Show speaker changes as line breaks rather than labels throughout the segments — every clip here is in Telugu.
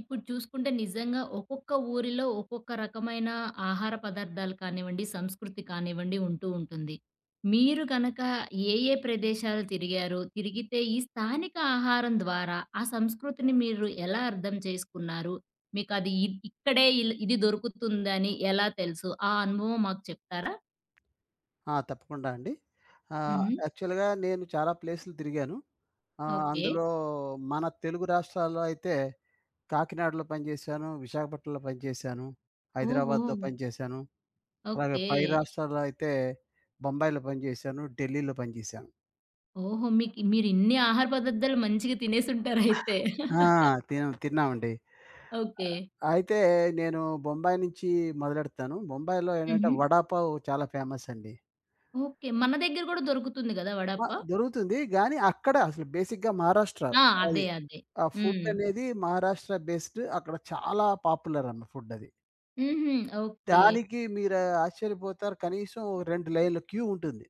ఇప్పుడు చూసుకుంటే నిజంగా ఒక్కొక్క ఊరిలో ఒక్కొక్క రకమైన ఆహార పదార్థాలు కానివ్వండి, సంస్కృతి కానివ్వండి ఉంటూ ఉంటుంది. మీరు గనక ఏ ఏ ప్రదేశాలు తిరిగారు? తిరిగితే ఈ స్థానిక ఆహారం ద్వారా ఆ సంస్కృతిని మీరు ఎలా అర్థం చేసుకున్నారు? మీకది ఇ ఇక్కడే ఇల్ ఇది దొరుకుతుందని ఎలా తెలుసు? ఆ అనుభవం మాకు చెప్తారా?
ఆ! తప్పకుండా అండి.
హుహు.
యాక్చువల్‌గా నేను చాలా ప్లేసులు తిరిగాను. ఓకే.
ఓకే.
అందులో మన తెలుగు రాష్ట్రాల్లో అయితే కాకినాడలో పనిచేశాను, విశాఖపట్నంలో పనిచేశాను, హుహు.
ఓహో!
హైదరాబాద్‌లో పనిచేశాను. అలాగే
ఓకే.
పై రాష్ట్రాల్లో అయితే బొంబాయిలో పనిచేశాను, ఢిల్లీలో పనిచేశాను.
ఓహో! మీకు మీరు ఇన్ని ఆహార పదార్థాలు మంచిగా తినేసుంటారయితే.
ఆ! తిన్నామండి.
ఓకే.
అయితే నేను బొంబాయి నుంచి మొదలెడతాను. బొంబాయిలో ఏంటంటే
హుహు.
వడా పావ్ చాలా ఫేమస్ అండి.
ఓకే. మన దగ్గర గూడా దొరుకుతుంది గదా!
ఆ!
వడపావ్?
దొరుకుతుంది. గానీ అక్కడ అసలు బేసిక్‌గా మహారాష్ట్ర ఆ!
ఆ!
అది.
అదే. అదే.
ఆ ఫుడ్
హ్మ్.
అనేది మహారాష్ట్ర బేస్డ్ అక్కడ చాలా పాపులర్ అన్న ఫుడ్ అది.
హుహు. ఓకే.
దానికి మీరు ఆశ్చర్యపోతారు. కనీసం 2 లైన్‌ల క్యూ ఉంటుంది.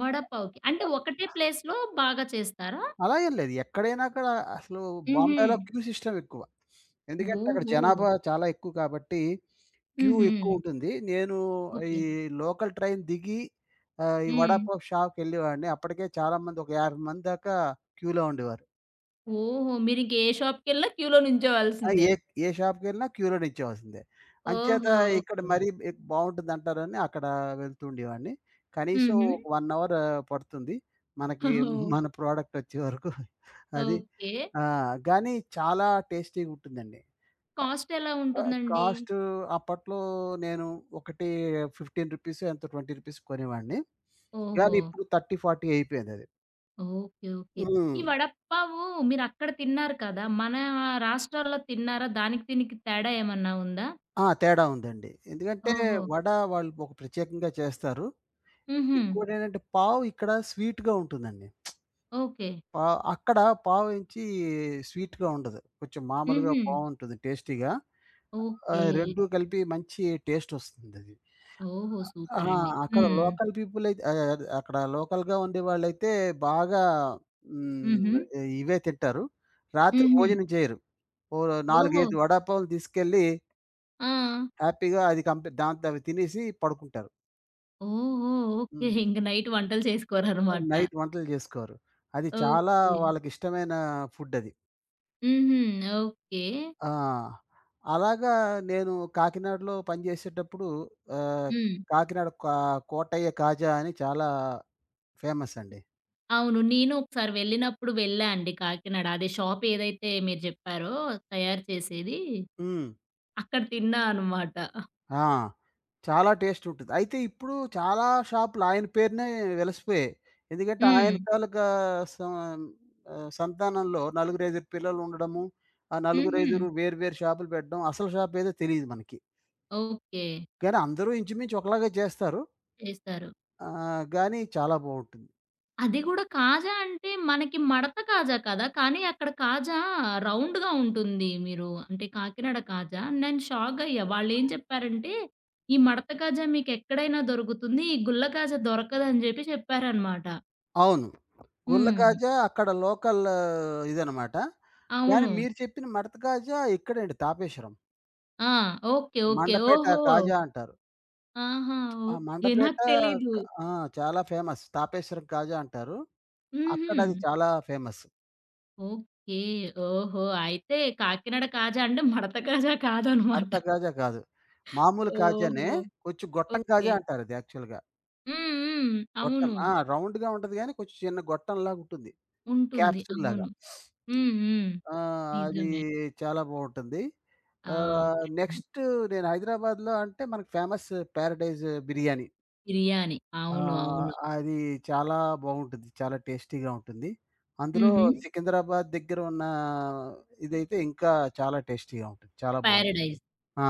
వడపావ్‌కి. అంటే ఒకటే ప్లేస్‌లో బాగా చేస్తారా?
అలా ఏం లేదు. ఎక్కడైనా కూడా అసలు
హుహు.
బాంబేలో క్యూ సిస్టమ్ ఎక్కువ. ఎందుకంటే అక్కడ
ఓహో!
జనాభా చాలా ఎక్కువ కాబట్టి క్యూ
హుహు.
ఎక్కువుంటుంది. నేను ఈ
ఓకే.
లోకల్ ట్రైన్ దిగి ఈ
హ్మ్.
వడాపావ్ షాప్‌కెళ్ళేవాడిని. అప్పటికే చాలామంది ఒక 50 మంది దాకా క్యూలో ఉండేవారు.
ఓహో! మీరింక ఏ షాప్‌కెళ్ళినా క్యూలో
ఆ!
నించోవాల్సిందే.
ఏ ఏ షాప్‌కెళ్ళినా క్యూలో నిల్చోవాల్సిందే. అంచేత
ఓహో!
ఇక్కడ
ఓకే.
మరీ బావుంటుందంటారని అక్కడ వెళ్తూ ఉండేవాడిని. కనీసం
హుహు.
ఒక 1 అవర్ పడుతుంది. మనకి
ఓహ్!
మన ప్రోడక్ట్ వచ్చే వరకు. అది.
ఓకే.
ఆ! గానీ చాలా టేస్టీగుంటుందండి.
కాస్ట్ ఎలా ఉంటుందండి?
కాస్ట్ అప్పట్లో నేను ఒకటి రూ. 15 ఎంతో రూ. 20 కొనేవాడిని. గానీ
ఓహో!
ఇప్పుడు 30, 40 అయిపోయిందది.
ఓకే. ఓకే.
హ్మ్.
ఈ వడపావు మీరక్కడ తిన్నారు కదా! మన రాష్ట్రాల్లో తిన్నారా? దానికి దీనికి తేడా ఏమన్నా ఉందా?
ఆ! తేడా ఉందండి. ఎందుకంటే
ఓహో!
వడ వాళ్ళు ఒక ప్రత్యేకంగా చేస్తారు.
హుహు.
ఇంకోటేంటంటే పావు ఇక్కడ స్వీట్‌గా ఉంటుందండి.
ఓకే.
పా అక్కడ పావుంచి స్వీట్‌గా ఉండదు. కొంచెం మామూలుగా
హుహు.
పావుంటుంది టేస్టీగా.
ఓకే.
2 కలిపి మంచి టేస్టొస్తుందది.
ఓహో!
ఆ!
సూపరండి.
అక్కడ
హ్మ్.
లోకల్ పీపుల్ అయితే అది అక్కడ లోకల్‌గా ఉండేవాళ్ళైతే బాగా
హుహు.
హ్మ్. ఇవే తింటారు. రాత్రి
హుహు.
భోజనం చేయరు. ఓ 4,
ఓహో!
5 వడాపావులు తీసుకెళ్ళి
ఆ!
హ్యాపీగా అది దాంతో అవి తినేసి పడుకుంటారు.
ఓహో! ఓకే.
హ్మ్.
ఇంక నైట్ వంటలు చేసుకోరనమాట.
నైట్ వంటలు జేసుకోరు. అది హ్మ్. చాలా
ఓకే.
వాళ్ళకిష్టమైన ఫుడ్డది.
హుహు. ఓకే.
ఆ! అలాగా నేను కాకినాడలో పనిజేసేటప్పుడు ఆహ్,
హ్మ్.
కాకినాడ కోటయ్య కాజా అని చాలా ఫేమసండి.
అవును. నేను ఒకసారి వెళ్ళినప్పుడు వెళ్ళా అండి కాకినాడ. అదే షాప్ ఏదైతే మీరు జెప్పారో తయారు చేసేది
హ్మ్.
అక్కడ తిన్నా అనమాట.
ఆ! చాలా టేస్టుంటది. అయితే ఇప్పుడు చాలా షాపులు ఆయన పేరునే వెలిసిపోయాయి. ఎందుకంటే ఆయన
హ్మ్.
తాలూకా సం సంతానంలో నలుగురైదుగురు పిల్లలుండడము, ఆ
హుహు.
నలుగురైదుగురు వేరు వేరు షాపులు పెట్టడం, అసలు షాపేదో తెలీదు మనకి.
ఓకే.
కానీ అందరూ ఇంచుమించు ఒకలాగే చేస్తారు.
చేశారు.
ఆ! గానీ చాలా బావుంటుంది.
అది గూడా కాజా అంటే మనకి మడత కాజా కదా! కానీ అక్కడ కాజా రౌండ్‌గా ఉంటుంది. మీరు అంటే కాకినాడ కాజా. నేను షాక్ అయ్యా. వాళ్ళేం చెప్పారంటే, "ఈ మడత కాజా మీకెక్కడైనా దొరుకుతుంది. ఈ గుల్ల కాజా దొరకదని" జెప్పి చెప్పారనమాట.
అవును. గుల్ల హ్మ్.
హ్మ్.
కాజా అక్కడ లోకల్ ఇదనమాట. కానీ
అవును.
మీరు చెప్పిన మడత కాజా ఇక్కడండి తాపేశ్వరం.
ఆ! ఓకే. ఓకే.
మండపేట
ఓహో!
కాజా అంటారు.
ఆహా!
ఆ!
ఓకే.
మండపేట
నాకు తెలీదు.
క ఆ! చాలా ఫేమస్. తాపేశ్వరం కాజా అంటారు.
హుహు.
అక్కడది చాలా ఫేమస్.
ఓకే. ఓహో! అయితే కాకినాడ కాజా అంటే మడత కాజా కాదనమాట.
మడత కాజా కాదు. మామూలు కాజానే.
ఓహో!
కొంచెం గొట్టం కాజా
ఓకే.
అంటారది యాక్చువల్‌గా.
హ్మ్. హ్మ్.
గొట్టం.
అవును.
ఆ! రౌండ్‌గా ఉంటది గానీ కొంచెం చిన్న గొట్టంలాగుంటుంది.
ఉంటుంది.
క్యాప్సూల్‌లాగా.
అవును. హ్మ్. హ్మ్.
ఆ! అది
నిజమే.
చాలా బావుంటుంది.
ఆ!
హ్మ్.
అవునండి.
నెక్స్ట్ నేను హైదరాబాద్‌లో అంటే మనకు ఫేమస్ పారడైజ్ బిర్యానీ.
బిర్యానీ. అవును.
ఆహ్,
అవును.
అది చాలా బావుంటుంది. చాలా టేస్టీగా ఉంటుంది. అందులో
హుహు.
హ్మ్. సికింద్రాబాద్ దగ్గర ఉన్న ఇదైతే ఇంకా చాలా టేస్టీగా ఉంటుంది. చాలా అవును. బావుంటుంది.
పారడైజ్.
ఆ!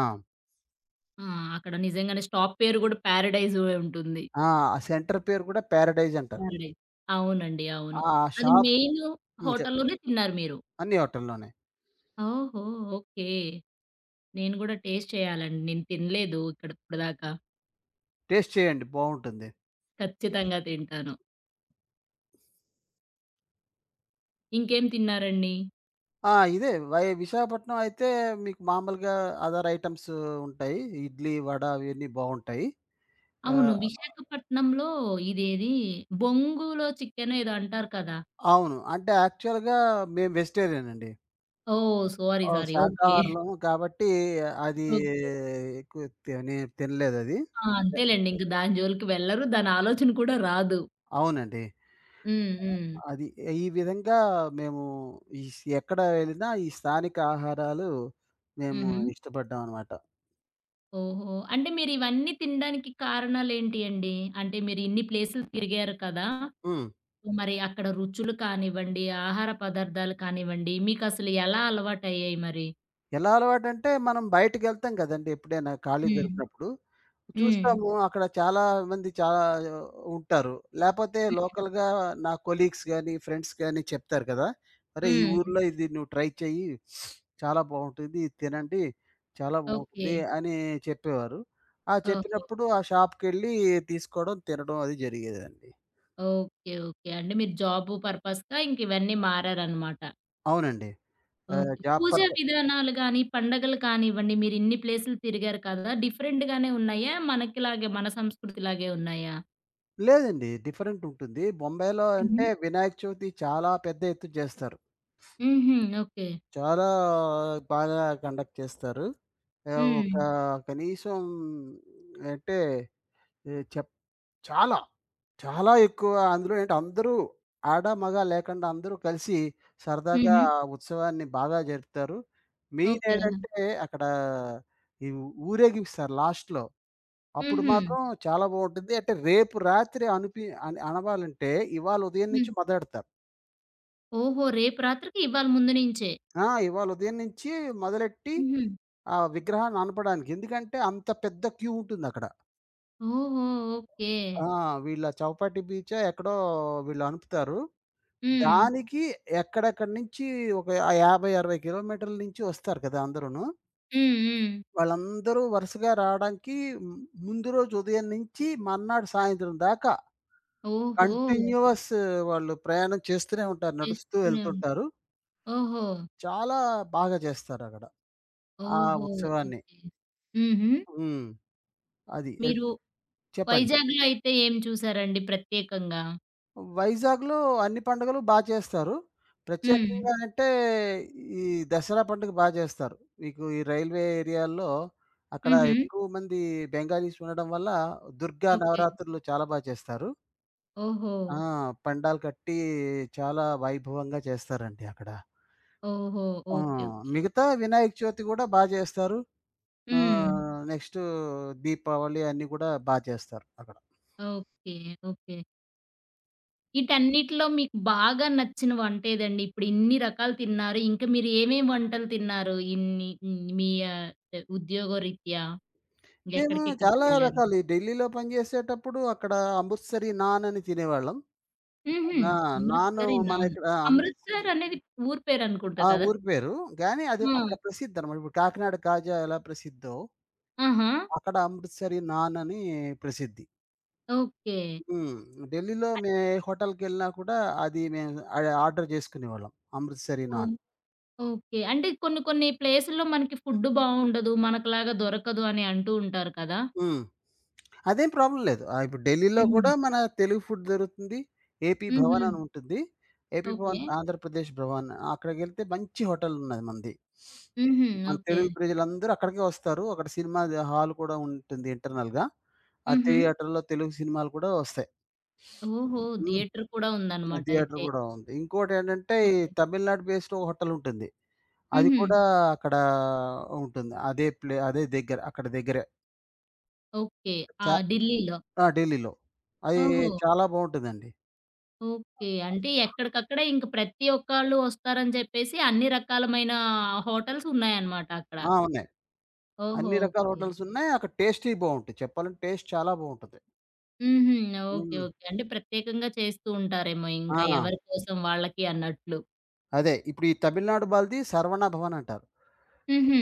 ఆ! అక్కడ నిజంగానే స్టాప్ పేరు గూడా పారడైజే ఉంటుంది.
ఆ! ఆ సెంటర్ పేరు కూడా పారడైజ్ అంటారు.
పారడైజ్. అవునండి. అవును.
ఆ హ్మ్.
అది
షాప్
మెయిన్
హ్మ్.
హోటల్‌లోనే తిన్నారు మీరు.
అన్ని హోటల్‌లోనే.
ఓహో! ఓకే. నేను గూడా టేస్ట్ చేయాలండి. నేను తినలేదు ఇక్కడ ఇప్పటిదాకా.
టేస్ట్ చేయండి బావుంటుంది.
ఖచ్చితంగా తింటాను. ఇంకేం తిన్నారండి?
ఆ! ఇదే విశాఖపట్నం అయితే మీకు మామూలుగా అదర్ ఐటెమ్స్ ఉంటాయి. ఇడ్లీ, వడ అవన్నీ బావుంటాయి.
అవును.
ఆహ్,
విశాఖపట్నంలో ఇదేది బొంగులో చికెనో ఏదో అంటారు కదా!
అవును. అంటే యాక్చువల్‌గా మేము వెజిటేరియన్ అండి.
ఓహ్! సారీ.
ఓహ్!
సారీ. ఓకే.
శాకాహారులం కాబట్టి అది
ఓకే.
ఎక్కువ నేను తినలేదది.
ఆ!
య
అంతేలెండి. ఇంక దాని జోలికి వెళ్లరు. దాని ఆలోచన కూడా రాదు.
అవునండి.
హ్మ్. హ్మ్.
అది ఈ విధంగా మేము ఎక్కడ వెళ్ళినా ఈ స్థానిక ఆహారాలు మేము
హుహు.
ఇష్టపడ్డామనమాట.
ఓహో! అంటే మీరివన్నీ తినడానికి కారణాలేంటి అండి? అంటే మీరిన్ని ప్లేసులు తిరిగారు కదా!
హ్మ్.
మరి అక్కడ రుచులు కానివ్వండి, ఆహార పదార్థాలు కానివ్వండి, మీకసలు ఎలా అలవాటయ్యాయి మరి?
ఎలా అలవాటంటే, మనం బయటికెళ్తాం గదండీ! ఎప్పుడైనా ఖాళీ
హ్మ్.
దొరికినప్పుడు.
హ్మ్.
చూస్తాము అక్కడ చాలా మంది ఉంటారు. లేపోతే లోకల్‌గా నా కొలీగ్స్ గాని, ఫ్రెండ్స్ గాని చెప్తారు కదా! "అరే! ఈ
హ్మ్.
ఊర్లో ఇది నువ్వు ట్రై చెయ్యి. చాలా బావుంటుంది. ఇది తినండి. చాలా
ఓకే.
బావుంటుంది" అని చెప్పేవారు. ఆ
ఓహో!
చెప్పినప్పుడు ఆ షాప్‌కెళ్ళి తీసుకోవడం, తినడం అది జరిగేదండి.
ఓకే. ఓకే. అంటే మీరు జాబు పర్పస్‌గా ఇంక ఇవన్నీ మారారనమాట.
అవునండి.
ఓకే.
జాబ్
పూజా
పర్ప
విధానాలు గాని, పండగలు కానివ్వండి, మీరు ఇన్ని ప్లేసులు తిరిగారు కదా! డిఫరెంట్‌గానే ఉన్నాయా? మనకిలాగే మన సంస్కృతిలాగే ఉన్నాయా?
లేదండి. డిఫరెంట్ ఉంటుంది. బొంబాయిలో
హుహు.
అంటే వినాయక చవితి చాలా పెద్ద ఎత్తున చేస్తారు.
హుహు. ఓకే.
చాలా బాగా కండక్ట్ చేస్తారు. ఒక
హ్మ్.
కనీసం అంటే ఆహ్, చెప్ చాలా, చాలా ఎక్కువ అందులో ఏంటి అందరూ ఆడ, మగ లేకుండా అందరూ కలిసి సరదాగా
హుహు.
ఆ ఉత్సవాన్ని బాగా జరుపుతారు. Main
okay.
ఏంటంటే అక్కడ ఈ ఊరేగిస్తారు లాస్ట్‌లో. అప్పుడు
హుహు.
మాత్రం చాలా బావుంటుంది. అంటే రేపు రాత్రి అని అనవాలంటే ఇవాళ ఉదయం
హ్మ్.
నుంచి మొదలెడతారు.
ఓహో! రేపు రాత్రికి ఇవాళ ముందు నుంచే.
ఆ! ఇవాళ ఉదయం నుంచి మొదలెట్టి
హుహు.
ఆ విగ్రహాన్ని అనపడానికి. ఎందుకంటే అంత పెద్ద క్యూ ఉంటుందక్కడ.
ఓహో! ఓకే.
ఆ! వీళ్ళ చౌపాటి బీచో ఎక్కడో వీళ్ళు అనుపుతారు.
హ్మ్.
దానికి ఎక్కడెక్కడి నుంచి ఒక 50, 60 కిలోమీటర్ల నుంచి వస్తారు కదా! అందరూను.
హ్మ్. హ్మ్.
వాళ్ళందరూ వరుసగా రావడానికి హ్మ్, ముందు రోజు ఉదయం నుంచి మర్నాడు సాయంత్రం దాకా
ఓహో!
కంటిన్యూయస్ వాళ్ళు ప్రయాణం చేస్తూనే ఉంటారు. నడుస్తూ
చేస్తూనే ఉం
వెళ్తుంటారు.
ఓహో!
చాలా బాగా చేస్తారక్కడ. ఆ
ఓహో!
ఉత్సవాన్ని.
ఓకే. హుహు.
హ్మ్. అది.
మీరు
చెప్పండి.
వైజాగ్‌లో అయితే ఏం చూసారండి ప్రత్యేకంగా?
వైజాగ్‌లో అన్ని పండుగలు బా చేస్తారు.
హ్మ్.
ప్రత్యేకంగా అంటే ఈ దసరా పండుగ బా చేస్తారు. మీకు ఈ రైల్వే ఏరియాల్లో అక్కడ
హుహు.
ఎక్కువ మంది బెంగాలీస్ ఉండడం వల్ల దుర్గా
ఓకే.
నవరాత్రులు చాలా బా చేస్తారు.
ఓహో!
ఆ! పండాలు కట్టి చాలా వైభవంగా చేస్తారండి అక్కడ.
ఓహో!
ఆ!
ఓకే. ఓకే.
మిగతా వినాయక చవితి గూడా బా జేస్తారు. హ్మ్.
హ్మ్.
నెక్స్టు దీపావళి అన్నీ గూడా బా చేస్తారు అక్కడ.
ఓకే. ఓకే. ఈటన్నిటిలో మీకు బాగా నచ్చిన వంటేదండి? ఇప్పుడు ఇన్ని రకాలు తిన్నారు. ఇంకా మీరు ఏమేమి వంటలు తిన్నారు? ఇన్ని హ్మ్. మీ ఉద్యోగరీత్యా
మేము
ఎక్కడికెక్కడికి
చాలా
వెళ్లారు?
రకాలు ఈ ఢిల్లీలో పనిజేసేటప్పుడు అక్కడ అమృత్సరీ నాన్ అని తినేవాళ్ళం.
హుహు.
నా నాను
'అమృత్సరి
మన
నాన్.'
ఇక్కడ అమృత్సరీ
'అమృత్సర్' అనేది ఊరు పేరనుకుంటా
ఆ!
కదా!
ఊరి పేరు. గానీ అది అక్కడ
ఆ!
ప్రసిద్ధనమాట. ఇప్పుడు కాకినాడ కాజా ఎలా ప్రసిద్ధో,
ఆహా!
అక్కడ అమృత్సరీ నాన్ అని ప్రసిద్ధి.
ఓకే.
హ్మ్. ఢిల్లీలో ఏ హోటల్‌కెళ్ళినా కూడా అది మేము ఆర్డర్ జేసుకునేవాళ్ళం అమృత్సరీ
ఓహ్!
నాన్.
ఓకే. అంటే కొన్ని కొన్ని ప్లేసుల్లో మనకి ఫుడ్ బావుండదు. మనకులాగా దొరకదు అని అంటూ ఉంటారు కదా!
హ్మ్. అదేం ప్రాబ్లమ్ లేదు. ఇప్పుడు ఢిల్లీలో కూడా
హ్మ్.
మన తెలుగు ఫుడ్ దొరుకుతుంది. ఏపీ
హుహు.
భవన్ అని ఉంటుంది. AP Bhavan
okay.
ఆంధ్రప్రదేశ్ భవన్ అక్కడికెళ్తే మంచి హోటల్ ఉన్నది మనది.
హుహు.
మన
ఓకే.
తెలుగు ప్రజలందరూ అక్కడికే వస్తారు. అక్కడ సినిమా హాల్ కూడా ఉంటుంది ఇంటర్నల్‌గా. ఆ
హుహు.
థియేటర్‌లో తెలుగు సినిమాలు కూడా వస్తాయి.
ఓహో!
హ్మ్.
థియేటర్ కూడా ఉందన్నమాట
థియేటర్
అయితే.
కూడా ఉంది. ఇంకోటేంటంటే ఈ
ఓకే.
తమిళనాడు బేస్డ్ ఒక హోటల్ ఉంటుంది. అది
హుహు.
కూడా అక్కడ ఉంటుంది. అదే దగ్గర అక్కడ దగ్గరే.
ఓకే. ఆ! ఢిల్లీలో.
ఆ! ఢిల్లీలో. అయి
ఓహో!
చాలా బావుంటదండి.
ఓకే. అంటే ఎక్కడికక్కడే ఇంక ప్రతి ఒక్కళ్ళు వస్తారని చెప్పేసి అన్ని రకాలమైన హోటల్స్ ఉన్నాయన్నమాట అక్కడ.
ఆ! ఉన్నాయి.
ఓహో!
అన్ని రకాల
ఓకే.
హోటల్స్ ఉన్నాయి. అక్కడ టేస్టీ బావుంటాయి. చెప్పాలంటే టేస్ట్ చాలా బావుంటది.
హుహు. ఓకే.
హ్మ్.
ఓకే. అంటే ప్రత్యేకంగా చేస్తూ ఉంటారేమో
ఆ!
ఇంకా ఎవరి కోసం వాళ్ళకి అన్నట్లు.
అదే. ఇప్పుడు ఈ తమిళనాడు వాళ్ళది శరవణ భవన్ అంటారు.
హుహు.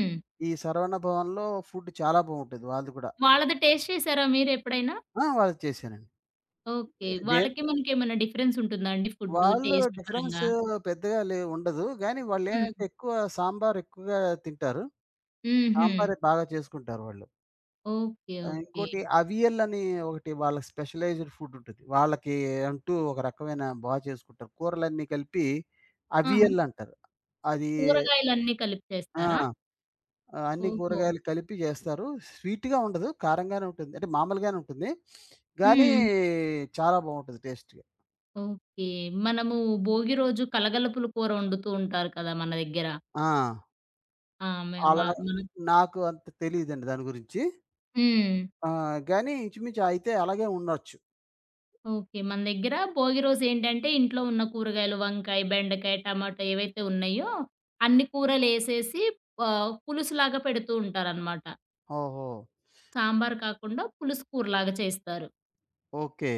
ఈ శరవణ భవన్‌లో ఫుడ్ చాలా బావుంటది వాళ్ళది కూడా.
వాళ్ళది టేస్ట్ చేసారా మీరెప్పుడైనా?
ఆ! వాళ్ళది చేశానండి.
ఓకే.
దే
వాళ్ళకి హ్మ్. మనకేమైనా డిఫరెన్స్ ఉంటుందా అండి ఫుడ్డు
వాళ్ళు
టేస్ట్
డిఫరెన్స్
పరంగా?
పెద్దగా ఉండదు. గానీ
హ్మ్.
వాళ్ళేంటంటే ఎక్కువ సాంబార్ ఎక్కువగా తింటారు.
హుహు.
సాంబారే బాగా చేసుకుంటారు వాళ్ళు.
ఓకే.
ఆ!
ఓకే.
ఇంకోటి అవియల్ అని ఒకటి వాళ్ళకి స్పెషలైజ్డ్ ఫుడ్ ఉంటది. వాళ్ళకి అంటూ ఒక రకమైన బా చేసుకుంటారు. కూరలన్నీ కలిపి
ఆహా!
అవియల్ అంటారు. అది
కూరగాయలన్నీ కలిపి
ఆ!
చేస్తారా?
ఆ, అన్ని
ఓహో!
కూరగాయలు కలిపి జేస్తారు. స్వీట్‌గా ఉండదు. కారంగానే ఉంటుంది. అంటే మామూలుగానే ఉంటుంది. గానీ
హ్మ్.
చాలా బావుంటది టేస్ట్‌గా.
ఓకే. మనము భోగి రోజు కలగలుపుల కూర వండుతూ ఉంటారు కదా! మన దగ్గర.
ఆ!
ఆ! మే మ
అలా
మన
నాకు అంత తెలీదండి దాని గురించి.
హ్మ్.
ఆ! గానీ ఇంచుమించు అయితే అలాగే ఉండొచ్చు.
ఓకే. మన దగ్గర భోగి రోజేంటంటే, ఇంట్లో ఉన్న కూరగాయలు వంకాయ, బెండకాయ, టమాటా ఏవైతే ఉన్నాయో, అన్ని కూరలేసేసి పులుసులాగా పెడుతూ ఉంటారనమాట.
ఓహో!
సాంబార్ కాకుండా పులుసు కూరలాగా చేస్తారు.
ఓకే.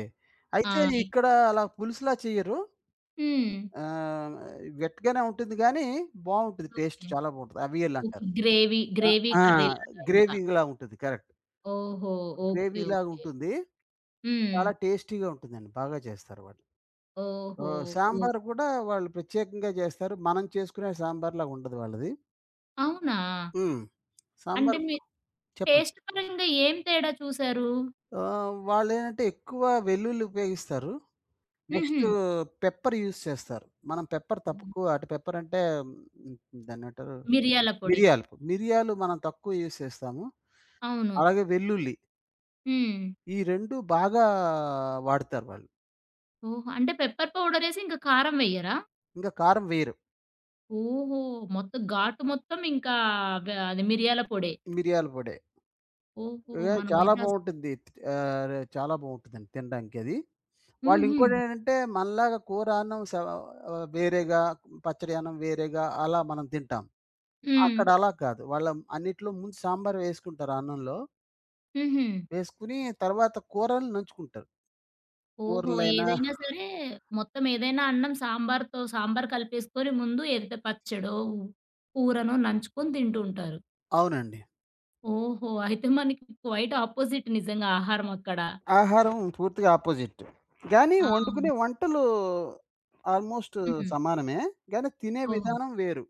అయితే
ఆ! ఇ
ఇక్కడ అలా పులుసులా చెయ్యరు?
హ్మ్.
ఆహ్, గట్టిగానే ఉంటుంది గానీ, బావుంటది టేస్ట్
ఓకే.
చాలా బావుంటది. అవియల్ అంటారు.
గ్రేవీ,
ఆ!
గ్రేవీ
ఆ!
కర్రీలాగా ఇంకా.
గ్రేవీ‌లా ఉంటుంది. కరెక్ట్.
ఓహో! ఓకే.
గ్రేవీలాగా
ఓకే.
ఉంటుంది.
హ్మ్.
చాలా టేస్టీగా ఉంటుందండి. బాగా చేస్తారు వాళ్ళు.
ఓహో! ఓ
సాంబారు కూడా వాళ్ళు ప్రత్యేకంగా చేస్తారు. మనం చేసుకునే సాంబార్‌లాగా ఉండదు వాళ్ళది.
అవునా?
హ్మ్.
అంటే
సాంబారు
మీరు
చెప్పండి.
టేస్ట్ పరంగా ఏం తేడా చూసారు?
వాళ్ళేంటంటే ఎక్కువ వెల్లుల్లి ఉపయోగిస్తారు.
హుహు.
నెక్స్టు పెప్పర్ యూజ్ చేస్తారు. మనం పెప్పర్ తక్కువ అటు పెప్పర్ అంటే హ్మ్, దాన్నేమంటారు?
మిరియాల పొడి.
మిరియాలు. మిరియాలు మనం తక్కువ యూజ్ చేస్తాము.
అవును.
అలాగే వెల్లుల్లి.
హ్మ్.
ఈ 2 బాగా వాడతారు వాళ్ళు.
ఓహో! అంటే పెప్పర్ పౌడరేసి ఇంక కారం వెయ్యరా?
ఇంకా కారం వేయరు.
ఓహో! మొత్తం ఘాటు మొత్తం ఇంకా అది మిరియాల పొడే.
మిరియాల పొడే.
ఓహో!
ఇగ చాలా
మనమైతే
బావుంటుంది. చాలా బావుంటుందండి తినడానికది. వాళ్ళు
హుహు.
ఇంకోటేంటంటే మనలాగా కూర అన్నం వేరేగా, పచ్చడి అన్నం వేరేగా అలా మనం తింటాం.
హ్మ్.
అక్కడ అలా కాదు. వాళ్ళ అన్నిట్లో ముందు సాంబార్ వేసుకుంటారు అన్నంలో.
హుహు.
వేసుకొని తర్వాత కూరలు నంచుకుంటారు.
ఓహో!
కూరలైనా
ఏదైనా సరే మొత్తం ఏదైనా అన్నం సాంబార్‌తో సాంబార్ కలిపేసుకొని ముందు ఏదైతే పచ్చడో, కూరనో నంచుకొని తింటూ ఉంటారు.
అవునండి.
ఓహో! అయితే మనకి క్వైట్ ఆపోజిట్ నిజంగా ఆహారం అక్కడ.
ఆహారం పూర్తిగా అపోజిట్. గానీ
ఆ!
వండుకునే
అవును.
వంటలు ఆల్‌మోస్ట్
హ్మ్.
సమానమే. గానీ తినే
ఓహో!
విధానం వేరు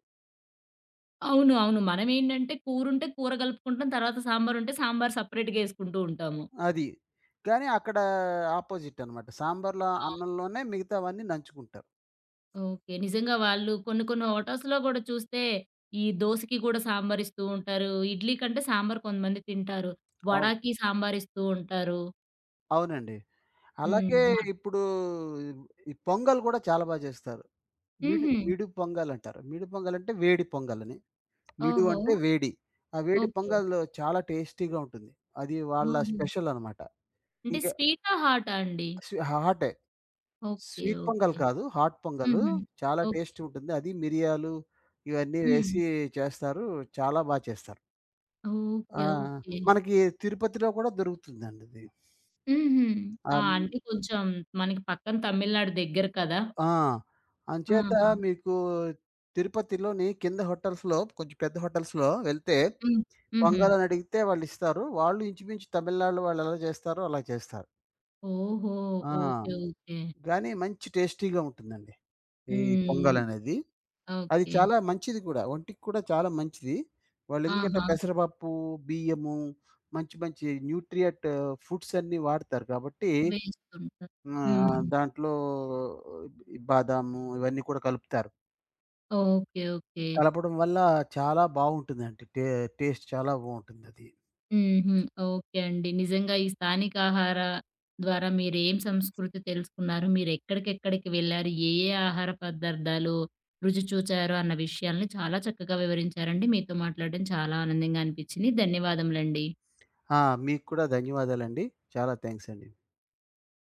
అవును. అవును. మనమేంటంటే కూరుంటే కూర ఉంటే కూర కలుపుకుంటాం. తర్వాత సాంబారుంటే సాంబార్ సెపరేట్‌గా యేసుకుంటూ ఉంటాము.
అది. కానీ అక్కడ అపోజిట్ అనమాట. సాంబార్‌లో
అవును.
అన్నంలోనే మిగతావన్నీ నంచుకుంటారు.
ఓకే. నిజంగా వాళ్ళు కొన్ని కొన్ని హోటల్స్‌లో గూడా చూస్తే ఈ దోసకి గూడా సాంబార్ ఇస్తూ ఉంటారు. ఇడ్లీ కంటే సాంబార్ కొంతమంది తింటారు.
అవును.
వడాకి సాంబార్ ఇస్తూ ఉంటారు.
అవునండి.
హ్మ్.
అలాగే ఇప్పుడు ఈ పొంగల్ గూడా చాలా బా జేస్తారు. మిడు
హుహు.
మిడు పొంగలంటారు. మిడు పొంగలంటే వేడి పొంగలని. మిడు
ఓహో!
అంటే వేడి. ఆ వేడి
ఓకే.
పొంగల్ చాలా టేస్టీగా ఉంటుంది. అది వాళ్ళ
ఓహో!
స్పెషల్ అనమాట.
అంటే
ఇంకా
స్వీటా? హాటా అండి?
హాటే.
ఓకే.
Sweet pongal
okay.
కాదు. హాట్ పొంగలు.
హుహు.
చాలా
ఓకే.
టేస్టీ ఉంటుంది. అది మిరియాలు ఇవన్నీ
హ్మ్.
వేసి చేస్తారు. చాలా బా చేస్తారు. ఆ!
ఓకే. ఓకే.
మనకి తిరుపతిలో కూడా దొరుకుతుందండి ఇది.
హుహు. ఆ!
ఆహ్,
అంటే కొంచెం మనకి పక్కన తమిళనాడు దగ్గర కదా!
ఆ! అంచేత
ఆహా!
మీకు తిరుపతిలోని కింద హోటల్స్‌లో కొంచెం పెద్ద హోటల్స్‌లో వెళ్తే
హ్మ్. హుహు.
పొంగల్ అని అడిగితే వాళ్ళు ఇస్తారు. వాళ్ళు ఇంచుమించు తమిళనాడు వాళ్ళు ఎలా చేస్తారో అలా చేస్తారు.
ఓహో!
ఆ!
ఓకే. ఓకే.
గానీ మంచి టేస్టీగా ఉంటుందండి. ఈ పొంగల్
హ్మ్.
అనేది. అది
ఓకే.
చాలా మంచిది కూడా. ఒంటికి కూడా చాలా మంచిది. వాళ్ళెందుకంటే
ఆహా!
పెసరపప్పు, బియ్యము, మంచి మంచి న్యూట్రియంట్ ఫుడ్స్ అన్నీ వాడతారు కాబట్టి
వేస్తుంటారు. హ్మ్.
దాంట్లో ఈ బాదాము ఇవన్నీ కూడా కలుపుతారు.
ఓకే. ఓకే.
కలపడం వల్ల చాలా బావుంటుందండి. టేస్ట్ చాలా బావుంటుందది.
హుహు. ఓకే అండి. నిజంగా ఈ స్థానిక ఆహార ద్వారా మీరేం సంస్కృతి తెలుసుకున్నారు, మీరెక్కడికెక్కడికి వెళ్లారు, ఏ ఏ ఆహార పదార్థాలు రుచి చూచారు అన్న విషయాల్ని చాలా చక్కగా వివరించారండి. మీతో మాట్లాడడం చాలా ఆనందంగా అనిపించింది. ధన్యవాదములండి.
ఆ! మీకు కూడా ధన్యవాదాలండి. చాలా థాంక్స్ అండి.